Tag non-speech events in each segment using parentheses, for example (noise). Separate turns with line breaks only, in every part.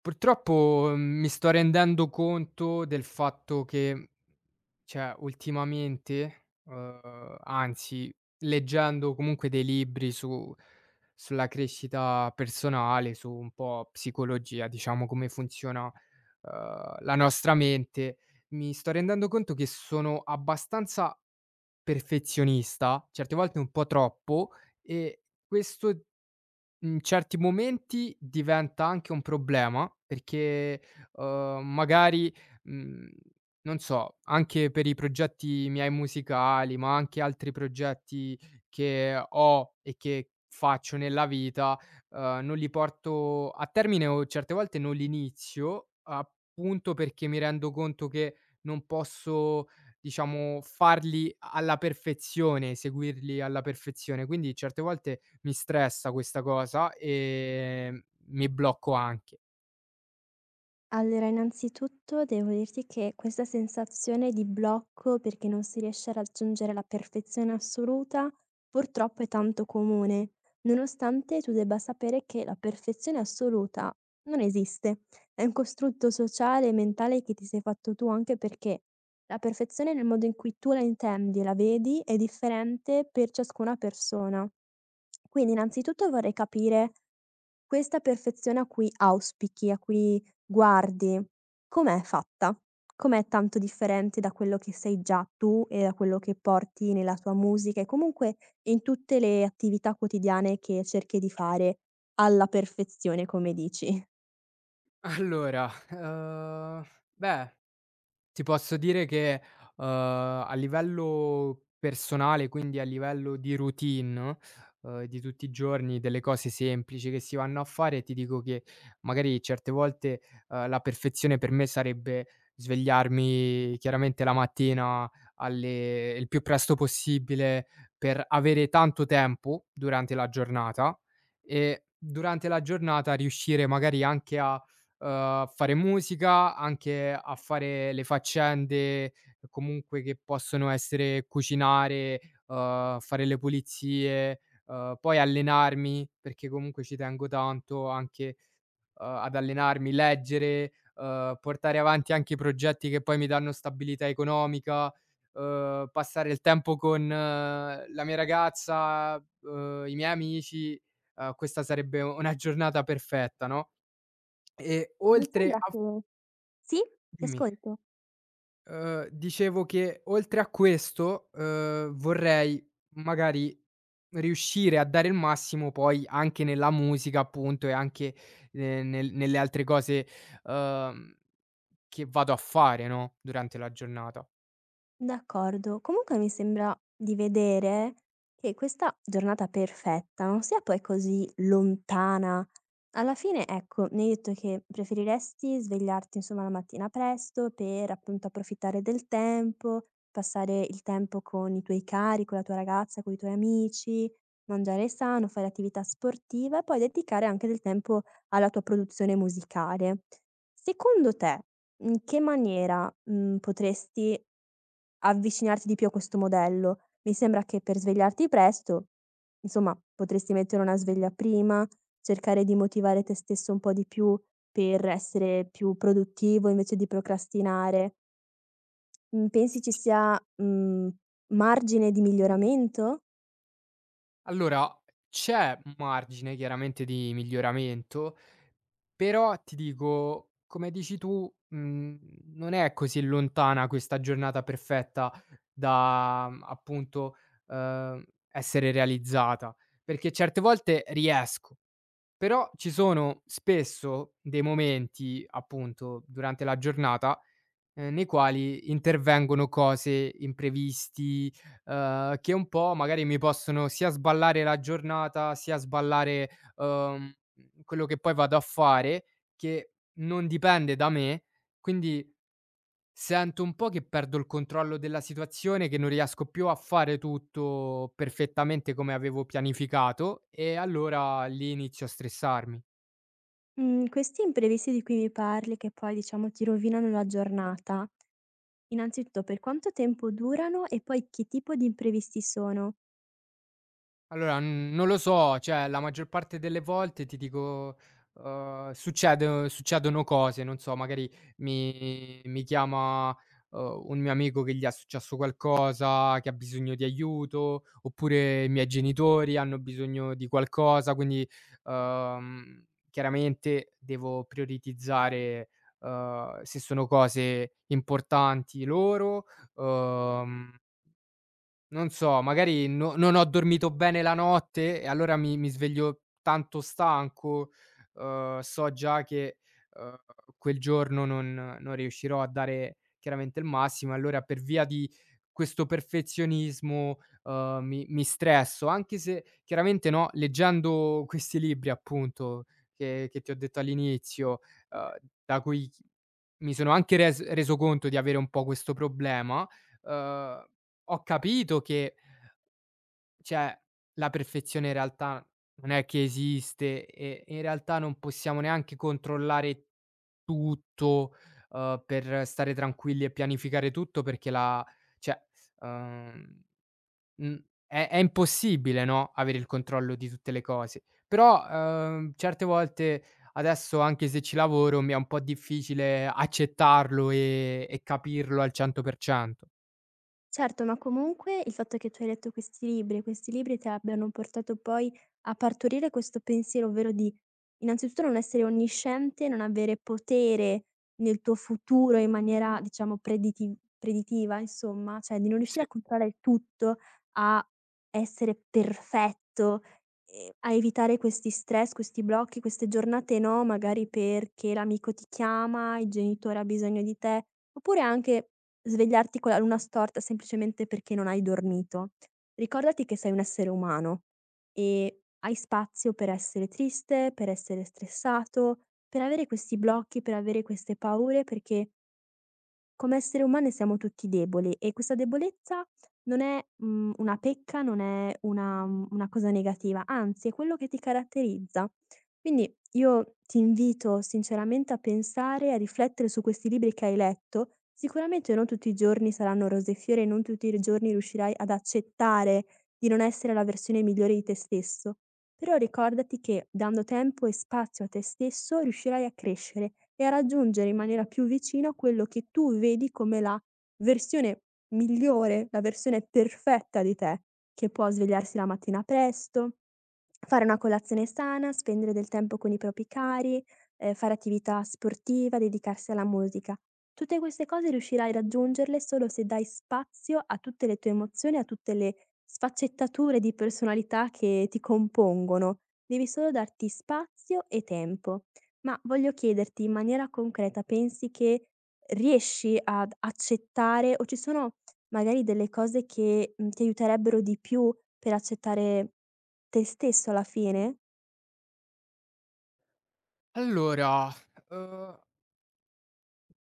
Purtroppo, mi sto rendendo conto del fatto che cioè ultimamente, anzi leggendo comunque dei libri su sulla crescita personale, su un po' psicologia, diciamo come funziona, la nostra mente. Mi sto rendendo conto che sono abbastanza perfezionista, certe volte un po' troppo, e questo in certi momenti diventa anche un problema perché, magari, mhmm, non so, anche per i progetti miei musicali, ma anche altri progetti che ho e che faccio nella vita, non li porto a termine o certe volte non li inizio, appunto perché mi rendo conto che non posso, diciamo, farli alla perfezione, seguirli alla perfezione. Quindi certe volte mi stressa questa cosa, mi blocco anche. (laughs)
Allora, innanzitutto devo dirti che questa sensazione di blocco perché non si riesce a raggiungere la perfezione assoluta, purtroppo è tanto comune, nonostante tu debba sapere che la perfezione assoluta non esiste. È un costrutto sociale e mentale che ti sei fatto tu, anche perché la perfezione nel modo in cui tu la intendi e la vedi è differente per ciascuna persona. Quindi innanzitutto vorrei capire questa perfezione a cui auspichi, a cui Guardi, com'è fatta? Com'è tanto differente da quello che sei già tu e da quello che porti nella tua musica e comunque in tutte le attività quotidiane che cerchi di fare alla perfezione, come dici?
Allora, beh, ti posso dire che, a livello personale, quindi a livello di routine, di tutti i giorni, delle cose semplici che si vanno a fare, ti dico che magari certe volte, la perfezione per me sarebbe svegliarmi chiaramente la mattina alle il più presto possibile per avere tanto tempo durante la giornata, e durante la giornata riuscire magari anche a a fare musica, anche a fare le faccende comunque che possono essere cucinare, fare le pulizie, poi allenarmi, perché comunque ci tengo tanto anche, ad allenarmi, leggere, portare avanti anche i progetti che poi mi danno stabilità economica, passare il tempo con la mia ragazza, i miei amici, questa sarebbe una giornata perfetta, no, e
Mi
oltre
sembra
a…
che Sì, ti
Dimmi.
ascolto.
Dicevo che oltre a questo, vorrei magari riuscire a dare il massimo poi anche nella musica appunto e anche, nelle altre cose, uhm, che vado a fare, no, durante la giornata.
D'accordo. Comunque mi sembra di vedere che questa giornata perfetta non sia poi così lontana. Alla fine, ecco, mi hai detto che preferiresti svegliarti insomma la mattina presto per appunto approfittare del tempo, passare il tempo con i tuoi cari, con la tua ragazza, con i tuoi amici, mangiare sano, fare attività sportiva e poi dedicare anche del tempo alla tua produzione musicale. Secondo te in che maniera, potresti avvicinarti di più a questo modello? Mi sembra che per svegliarti presto, insomma, potresti mettere una sveglia prima, cercare di motivare te stesso un po' di più per essere più produttivo invece di procrastinare. Mhmm, Pensi ci
Sì.
sia, margine di miglioramento?
Allora, c'è margine chiaramente di miglioramento, però ti dico, come dici tu, non è così lontana questa giornata perfetta da, appunto, uhm, essere realizzata, perché certe volte riesco, però ci sono spesso dei momenti, appunto, durante la giornata nei quali intervengono cose, imprevisti, che un po' magari mi possono sia sballare la giornata, sia sballare, uhm, quello che poi vado a fare, che non dipende da me. Quindi sento un po' che perdo il controllo della situazione, che non riesco più a fare tutto perfettamente come avevo pianificato e allora lì inizio a stressarmi.
Mhmm, Questi imprevisti di cui mi parli che poi diciamo ti rovinano la giornata, innanzitutto per quanto tempo durano e poi che tipo di imprevisti sono?
Allora, n non lo so, cioè la maggior parte delle volte ti dico, succede succedono cose, non so, magari mi chiama, un mio amico che gli è successo qualcosa, che ha bisogno di aiuto, oppure i miei genitori hanno bisogno di qualcosa, quindi, uhm, chiaramente devo prioritizzare, se sono cose importanti loro. Mh. Non so, magari no, non ho dormito bene la notte e allora mi sveglio tanto stanco, so già che, uhm, quel giorno non riuscirò a dare chiaramente il massimo, allora per via di questo perfezionismo, mi stresso, anche se chiaramente, no, leggendo questi libri appunto che ti ho detto all'inizio, uhm, da cui mi sono anche reso conto di avere un po' questo problema, uhm ho capito che cioè, la perfezione in realtà non è che esiste e in realtà non possiamo neanche controllare tutto, per stare tranquilli e pianificare tutto perché la cioè, uhm, è impossibile, no, avere il controllo di tutte le cose. Però, certe volte adesso anche se ci lavoro mi è un po' difficile accettarlo e capirlo al 100%.
Certo, ma comunque il fatto che tu hai letto questi libri e questi libri ti abbiano portato poi a partorire questo pensiero, ovvero di innanzitutto non essere onnisciente, non avere potere nel tuo futuro in maniera diciamo preditiva insomma, cioè di non riuscire a
Sì.
controllare il tutto, a essere perfetto, a evitare questi stress, questi blocchi, queste giornate no, magari perché l'amico ti chiama, il genitore ha bisogno di te, oppure anche svegliarti con la luna storta semplicemente perché non hai dormito. Ricordati che sei un essere umano e hai spazio per essere triste, per essere stressato, per avere questi blocchi, per avere queste paure, perché come esseri umani siamo tutti deboli e questa debolezza non è, una pecca, non è una una cosa negativa, anzi è quello che ti caratterizza. Quindi io ti invito sinceramente a pensare, a riflettere su questi libri che hai letto. Sicuramente non tutti i giorni saranno rose e fiori e non tutti i giorni riuscirai ad accettare di non essere la versione migliore di te stesso, però ricordati che, dando tempo e spazio a te stesso, riuscirai a crescere e a raggiungere in maniera più vicina quello che tu vedi come la versione migliore, la versione perfetta di te, che può svegliarsi la mattina presto, fare una colazione sana, spendere del tempo con i propri cari, fare attività sportiva, dedicarsi alla musica. Tutte queste cose riuscirai a raggiungerle solo se dai spazio a tutte le tue emozioni, a tutte le sfaccettature di personalità che ti compongono, devi solo darti spazio e tempo. Ma voglio chiederti in maniera concreta, pensi che riesci ad accettare o ci sono magari delle cose che, ti aiuterebbero di più per accettare te stesso alla fine?
Allora, uhm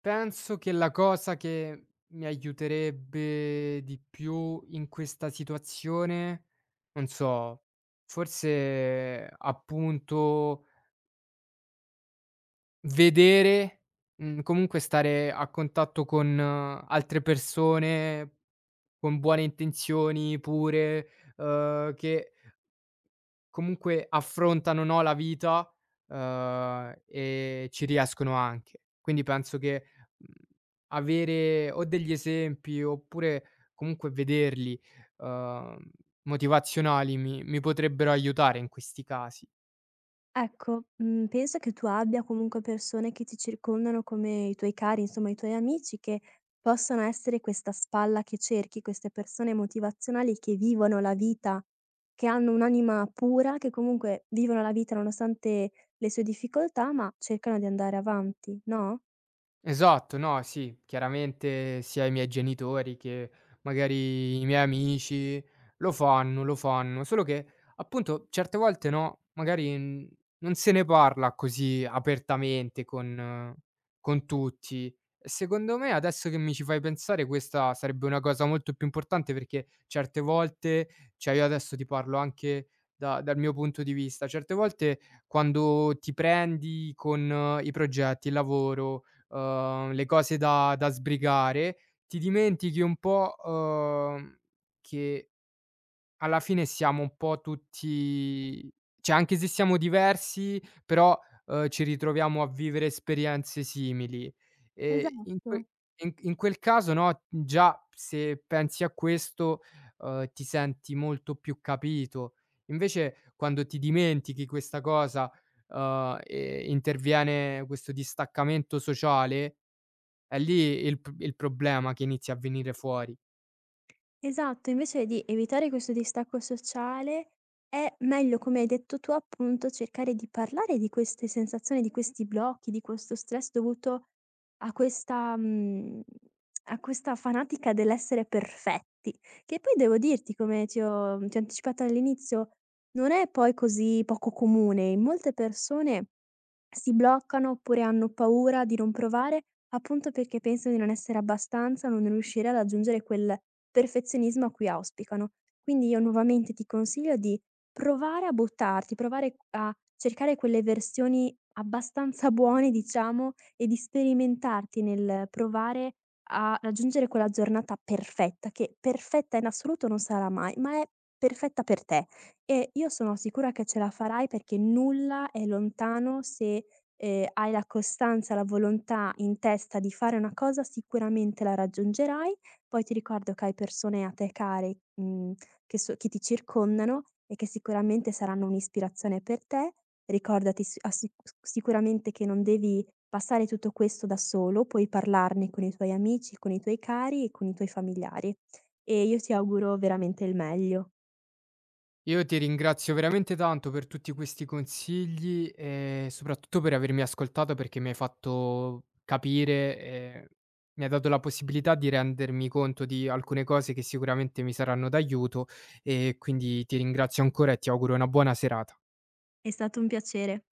penso che la cosa che mi aiuterebbe di più in questa situazione, non so, forse appunto vedere, comunque stare a contatto con altre persone con buone intenzioni pure, che comunque affrontano, no, la vita, e ci riescono anche. Quindi penso che, mhmm, avere o degli esempi oppure comunque vederli, uhm, motivazionali mi potrebbero aiutare in questi casi.
Ecco, pensa che tu abbia comunque persone che ti circondano come i tuoi cari, insomma i tuoi amici, che possano essere questa spalla che cerchi, queste persone motivazionali che vivono la vita, che hanno un'anima pura, che comunque vivono la vita nonostante le sue difficoltà, ma cercano di andare avanti, no?
Esatto, no, sì, chiaramente sia i miei genitori che magari i miei amici lo fanno, solo che appunto certe volte no, magari n non se ne parla così apertamente con tutti. E secondo me adesso che mi ci fai pensare questa sarebbe una cosa molto più importante perché certe volte cioè io adesso ti parlo anche da dal mio punto di vista, certe volte quando ti prendi con i progetti, il lavoro, le cose da sbrigare, ti dimentichi un po', che alla fine siamo un po' tutti cioè anche se siamo diversi, però, ci ritroviamo a vivere esperienze simili. E in
Esatto.
que in quel caso no, già se pensi a questo, ti senti molto più capito. Invece quando ti dimentichi questa cosa, e interviene questo distaccamento sociale, è lì il problema che inizia a venire fuori.
Esatto, invece di evitare questo distacco sociale è meglio, come hai detto tu, appunto, cercare di parlare di queste sensazioni, di questi blocchi, di questo stress dovuto a questa, a questa fanatica dell'essere perfetti, che poi devo dirti, come ti ho anticipato all'inizio, non è poi così poco comune. In molte persone si bloccano oppure hanno paura di non provare, appunto perché pensano di non essere abbastanza, non riuscire a raggiungere quel perfezionismo a cui auspicano. Quindi io nuovamente ti consiglio di provare a buttarti, provare a cercare quelle versioni abbastanza (laughs) buone, diciamo, e di sperimentarti nel provare a raggiungere quella giornata perfetta, che perfetta in assoluto non sarà mai, ma è perfetta per te. E io sono sicura che ce la farai perché nulla è lontano se, hai la costanza, la volontà in testa di fare una cosa, sicuramente la raggiungerai poi ti ricordo che hai persone a te care, che so che ti circondano e che sicuramente saranno un'ispirazione per te. Ricordati s assi s sicuramente che non devi passare tutto questo da solo, puoi parlarne con i tuoi amici, con i tuoi cari e con i tuoi familiari. E io ti auguro veramente il meglio.
Io ti ringrazio veramente tanto per tutti questi consigli e soprattutto per avermi ascoltato, perché mi hai fatto capire e mi hai dato la possibilità di rendermi conto di alcune cose che sicuramente mi saranno d'aiuto e quindi ti ringrazio ancora e ti auguro una buona serata.
È stato un piacere.